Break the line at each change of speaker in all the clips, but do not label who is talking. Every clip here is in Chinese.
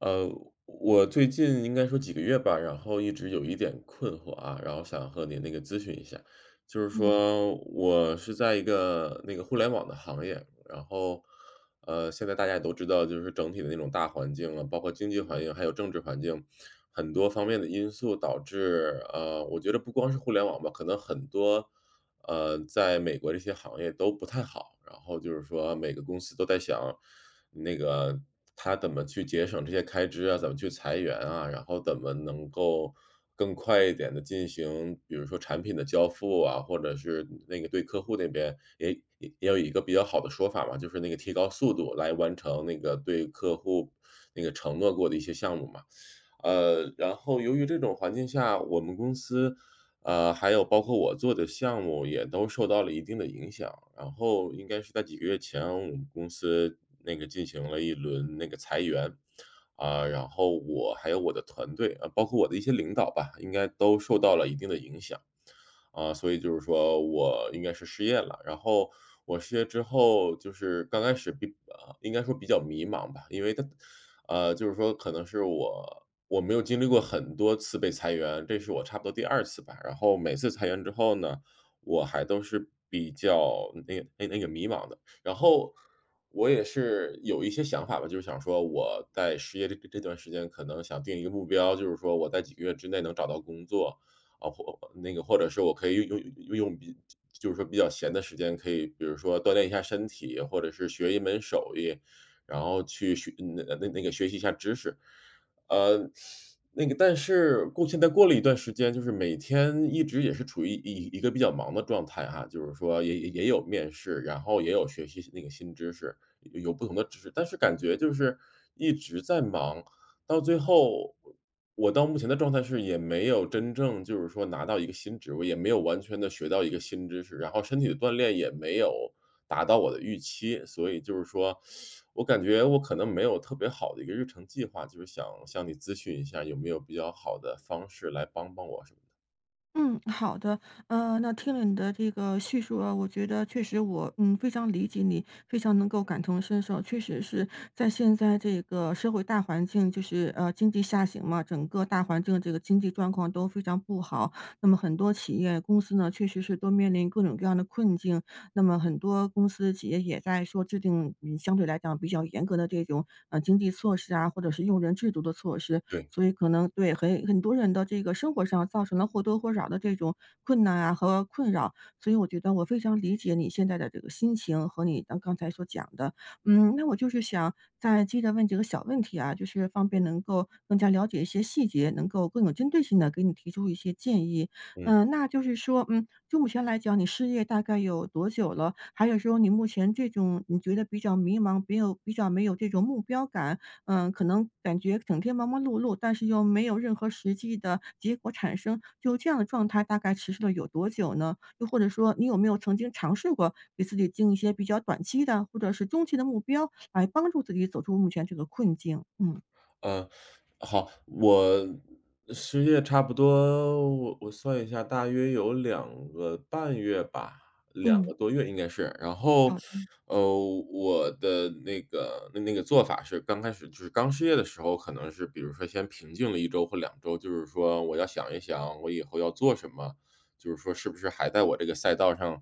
呃，我最近应该说几个月吧，然后一直有一点困惑啊，然后想和你咨询一下。就是
嗯
说我是在一个互联网的行业，然后，现在大家也都知道，就是整体的那种大环境啊，包括经济环境，还有政治环境，很多方面的因素导致，我觉得不光是互联网吧，可能很多在美国这些行业都不太好，然后就是说每个公司都在想，那个他怎么去节省这些开支啊，怎么去裁员啊，然后怎么能够更快一点的进行，比如说产品的交付啊，或者是对客户那边也也有一个比较好的说法嘛，就是提高速度来完成对客户承诺过的一些项目嘛。然后由于这种环境下，我们公司，还有包括我做的项目也都受到了一定的影响。然后应该是在几个月前，我们公司进行了一轮裁员，啊，然后我还有我的团队，啊，包括我的一些领导吧，应该都受到了一定的影响。啊，所以就是说我应该是失业了。然后我失业之后，就是刚开始比应该说比较迷茫吧，因为他就是说可能是我没有经历过很多次被裁员，这是我差不多第二次吧。然后每次裁员之后呢，我还都是比较迷茫的。然后我也是有一些想法吧，就是想说我在失业这段时间可能想定一个目标，就是说我在几个月之内能找到工作，啊，或那个或者是我可以用用用比就是说比较闲的时间，可以比如说锻炼一下身体，或者是学一门手艺，然后去学学习一下知识。呃，但是现在过了一段时间，就是每天一直也是处于一个比较忙的状态哈，就是说也有面试，然后也有学习新知识，有不同的知识，但是感觉就是一直在忙。到最后，我到目前的状态是也没有真正就是说拿到一个新职位，也没有完全的学到一个新知识，然后身体的锻炼也没有达到我的预期。所以就是说，我感觉我可能没有特别好的一个日程计划，就是想向你咨询一下有没有比较好的方式来帮帮我什么的。
嗯，好的。那听了你的这个叙述啊，我觉得确实我非常理解你，非常能够感同身受。确实是在现在这个社会大环境，就是经济下行嘛，整个大环境这个经济状况都非常不好。那么很多企业公司呢，确实是都面临各种各样的困境。那么很多公司企业也在说制定相对来讲比较严格的这种经济措施啊，或者是用人制度的措施。
对，
所以可能对很多人的这个生活上造成了或多或少的这种困难啊和困扰。所以我觉得我非常理解你现在的这个心情和你刚刚才所讲的。嗯，那我就是想再接着问几个小问题啊，就是方便能够更加了解一些细节，能够更有针对性的给你提出一些建议。
嗯。
嗯，那就是说，嗯，就目前来讲，你失业大概有多久了？还有说你目前这种你觉得比较迷茫，没有这种目标感，嗯，可能感觉整天忙忙碌碌，但是又没有任何实际的结果产生，就这样的状态大概持续了有多久呢？又或者说，你有没有曾经尝试过给自己定一些比较短期的或者是中期的目标，来帮助自己走出目前这个困境？嗯。
嗯，好，我失业差不多，我算一下，大约有两个半月吧两
嗯，
个多月应该是。然后，
好的，
呃，我的做法是刚开始就是刚失业的时候，可能是比如说先平静了一周或两周，就是说我要想一想我以后要做什么，就是说是不是还在我这个赛道上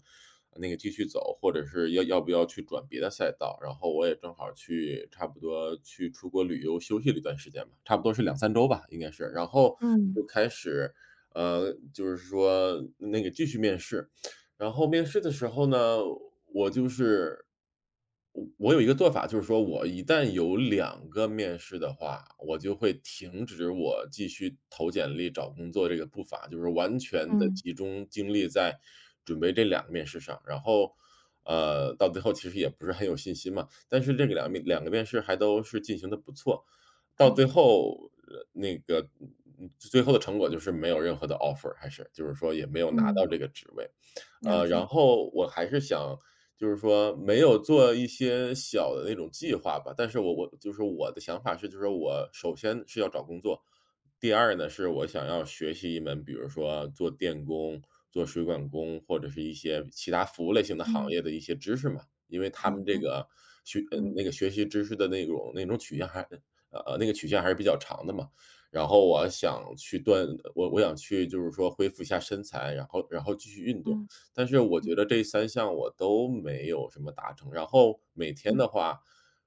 继续走，或者是要不要去转别的赛道。然后我也正好去差不多去出国旅游休息了一段时间吧，差不多是两三周吧，应该是。然后
嗯
就开始，就是说继续面试，然后面试的时候呢，我就是我有一个做法，就是说我一旦有两个面试的话，我就会停止我继续投简历找工作这个步伐，就是完全的
嗯，
集中精力在准备这两个面试上。然后，到最后其实也不是很有信心嘛，但是这个两个面试还都是进行的不错，到
好，
最后，最后的成果就是没有任何的 offer，还是，就是说也没有拿
嗯，
到这个职位。
了
然
解，
后我还是想就是说没有做一些小的那种计划吧，但是我就是我的想法是，就是我首先是要找工作，第二呢，是我想要学习一门，比如说做电工、做水管工或者是一些其他服务类型的行
嗯，
业的一些知识嘛。因为
好
他们这
的，
个学呃，
嗯
那个学习知识的那种曲线还曲线还是比较长的嘛。然后我想去就是说恢复一下身材，然后继续运动。
嗯
但是我觉得这三项我都没有什么达成，然后每天
嗯。
的话，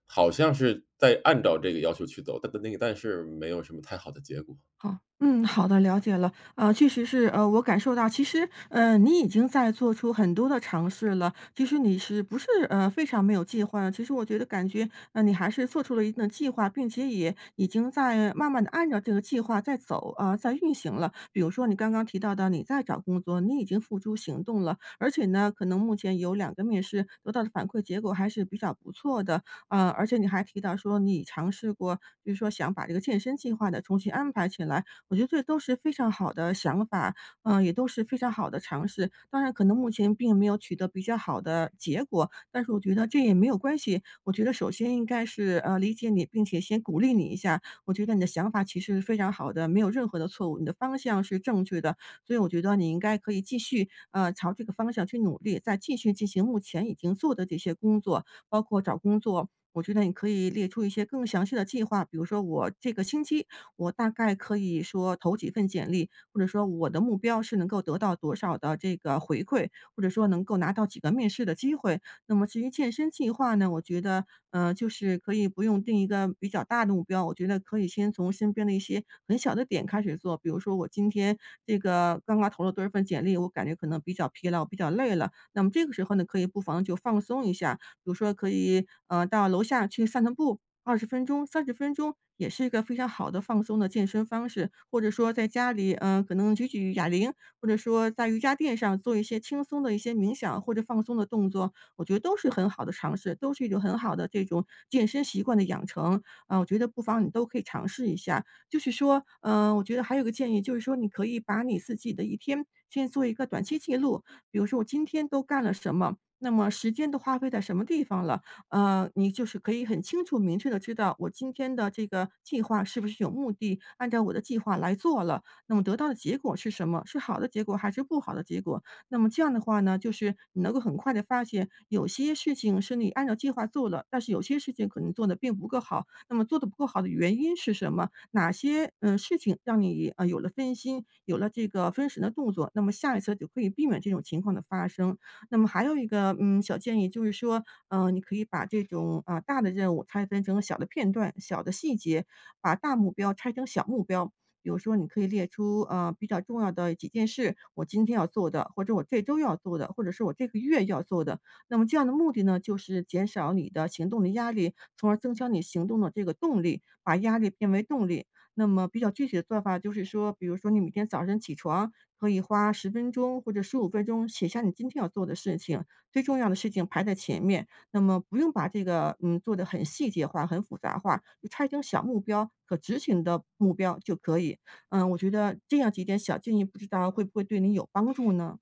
好像是在按照这个要求去走，但但那个但是没有什么太好的结果。
好，嗯，好的，了解了。确实是，我感受到，其实，你已经在做出很多的尝试了。其实你是不是非常没有计划呢？其实我觉得感觉，你还是做出了一定的计划，并且也已经在慢慢的按照这个计划在走啊、在运行了。比如说你刚刚提到的，你在找工作，你已经付诸行动了，而且呢，可能目前有两个面试得到的反馈结果还是比较不错的。而且你还提到说你尝试过，就是说想把这个健身计划的重新安排起来，我觉得这都是非常好的想法，嗯，也都是非常好的尝试。当然可能目前并没有取得比较好的结果，但是我觉得这也没有关系。我觉得首先应该是，理解你，并且先鼓励你一下。我觉得你的想法其实是非常好的，没有任何的错误，你的方向是正确的，所以我觉得你应该可以继续，朝这个方向去努力，再继续进行目前已经做的这些工作，包括找工作，我觉得你可以列出一些更详细的计划，比如说我这个星期我大概可以说投几份简历，或者说我的目标是能够得到多少的这个回馈，或者说能够拿到几个面试的机会。那么至于健身计划呢，我觉得，就是可以不用定一个比较大的目标，我觉得可以先从身边的一些很小的点开始做，比如说我今天这个刚刚投了多少份简历，我感觉可能比较疲劳、比较累了，那么这个时候呢，可以不妨就放松一下，比如说可以，到楼下去散散步20分钟、30分钟也是一个非常好的放松的健身方式。或者说在家里，嗯，可能举举哑铃，或者说在瑜伽垫上做一些轻松的一些冥想或者放松的动作，我觉得都是很好的尝试，都是一种很好的这种健身习惯的养成。啊，我觉得不妨你都可以尝试一下。就是说，嗯，我觉得还有个建议，就是说你可以把你自己的一天先做一个短期记录，比如说我今天都干了什么，那么时间都花费在什么地方了？你就是可以很清楚明确的知道我今天的这个计划是不是有目的，按照我的计划来做了，那么得到的结果是什么？是好的结果还是不好的结果？那么这样的话呢，就是你能够很快的发现，有些事情是你按照计划做了，但是有些事情可能做的并不够好，那么做的不够好的原因是什么？哪些，嗯，事情让你，有了分心，有了这个分神的动作，那么下一次就可以避免这种情况的发生。那么还有一个，嗯，小建议就是说，你可以把这种，啊，大的任务拆分成小的片段、小的细节，把大目标拆成小目标。比如说你可以列出，啊比较重要的几件事，我今天要做的，或者我这周要做的，或者是我这个月要做的。那么这样的目的呢，就是减少你的行动的压力，从而增强你行动的这个动力，把压力变为动力。那么比较具体的做法就是说，比如说你每天早晨起床，可以花十分钟或者15分钟写下你今天要做的事情，最重要的事情排在前面。那么不用把这个，嗯，做得很细节化、很复杂化，就拆成小目标、可执行的目标就可以。嗯，我觉得这样几点小建议，不知道会不会对你有帮助呢？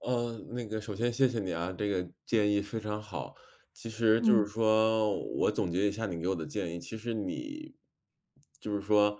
首先谢谢你啊，这个建议非常好。其实就
嗯。
是说我总结一下你给我的建议，其实你就是说，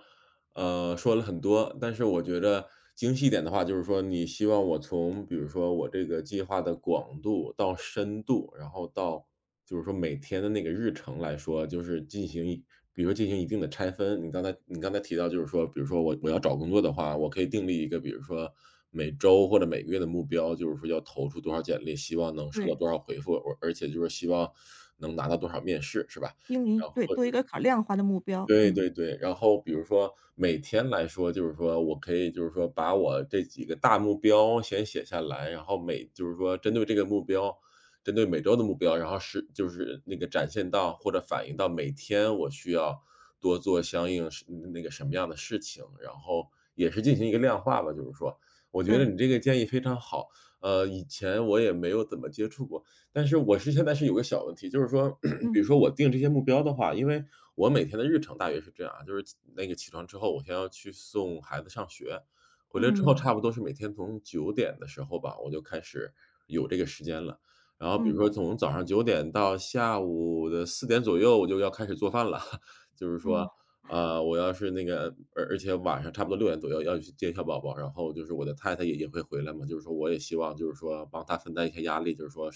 说了很多，但是我觉得精细一点的话，就是说你希望我从比如说我这个计划的广度到深度，然后到就是说每天的日程来说，就是进行一比如说进行一定的拆分。你刚才提到就是说，比如说我要找工作的话，我可以订立一个，比如说每周或者每个月的目标，就是说要投出多少简历，希望能收到
对，
多少回复，而且就是希望能拿到多少面试，是吧？然后
对，做一个可量化的目标。嗯，
对，然后比如说每天来说，就是说我可以就是说把我这几个大目标先写下来，然后每就是说针对这个目标，针对每周的目标，然后是就是展现到或者反映到每天我需要多做相应是什么样的事情，然后也是进行一个量化吧，就是说，我觉得
对，
你这个建议非常好，以前我也没有怎么接触过，但是现在是有个小问题，就是说比
嗯
如说我定这些目标的话，因为我每天的日程大约是这样啊，就是起那个起床之后，我先要去送孩子上学，回来之后差
嗯。
不多是每天从九点的时候吧，我就开始有这个时间了。然后比如
嗯，
说从早上九点到下午的四点左右，我就要开始做饭了。就是说，
哦，
啊，我要是而且晚上差不多六点左右要去接小宝宝，然后就是我的太太也会回来嘛，就是说我也希望就是说帮她分担一些压力，就是说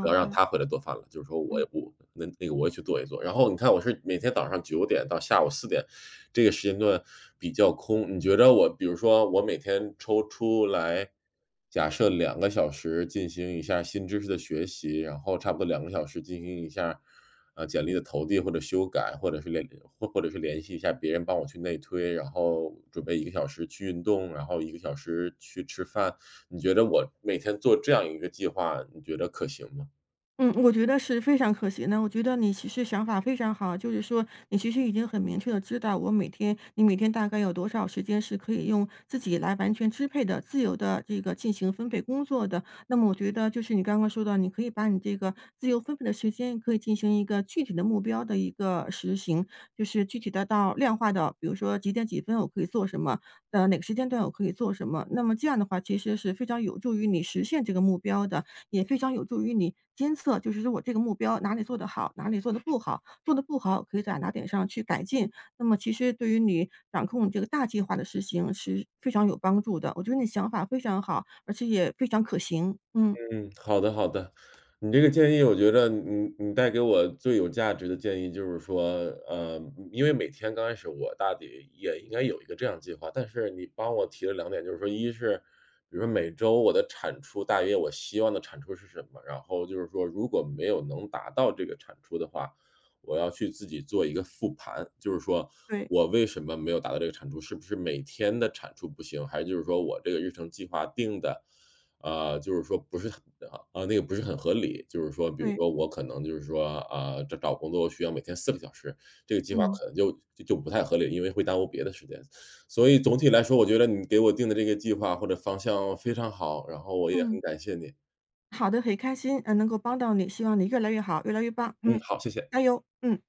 不要让
的，
他回来做饭了，就是说我
嗯。
也不我也去做一做。然后你看我是每天早上九点到下午四点，这个时间段比较空。你觉得我比如说我每天抽出来，假设两个小时进行一下新知识的学习，然后差不多两个小时进行一下，简历的投递或者修改，或者是或者是联系一下别人帮我去内推，然后准备一个小时去运动，然后一个小时去吃饭。你觉得我每天做这样一个计划，你觉得可行吗？
嗯，我觉得是非常可惜的。我觉得你其实想法非常好，就是说你其实已经很明确的知道，我每天你每天大概有多少时间是可以用自己来完全支配的、自由的这个进行分配工作的。那么我觉得就是你刚刚说到，你可以把你这个自由分配的时间可以进行一个具体的目标的一个实行，就是具体的到量化的，比如说几点几分我可以做什么，哪个时间段我可以做什么。那么这样的话，其实是非常有助于你实现这个目标的。也非常有助于你监测，就是说我这个目标哪里做得好，哪里做得不好，做得不好可以在哪点上去改进。那么其实对于你掌控这个大计划的实行是非常有帮助的。我觉得你想法非常好，而且也非常可行。嗯，
嗯，好的好的。你这个建议我觉得你带给我最有价值的建议就是说，呃，因为每天刚开始我大抵也应该有一个这样计划，但是你帮我提了两点，就是说一是，比如说每周我的产出大约我希望的产出是什么，然后就是说如果没有能达到这个产出的话，我要去自己做一个复盘，就是说
对
我为什么没有达到这个产出，是不是每天的产出不行，还是就是说我这个日程计划定的啊，就是说不是很不是很合理。就是说比如
对，
说我可能就是说，啊，找工作需要每天四个小时，这个计划
嗯
可能就不太合理，因为会耽误别的时间。所以总体来说，我觉得你给我定的这个计划或者方向非常好，然后我也
嗯，
很感谢你。
好的，很开心，能够帮到你，希望你越来越好，越来越棒。
嗯，
嗯，
好，谢
加
谢。
油，嗯。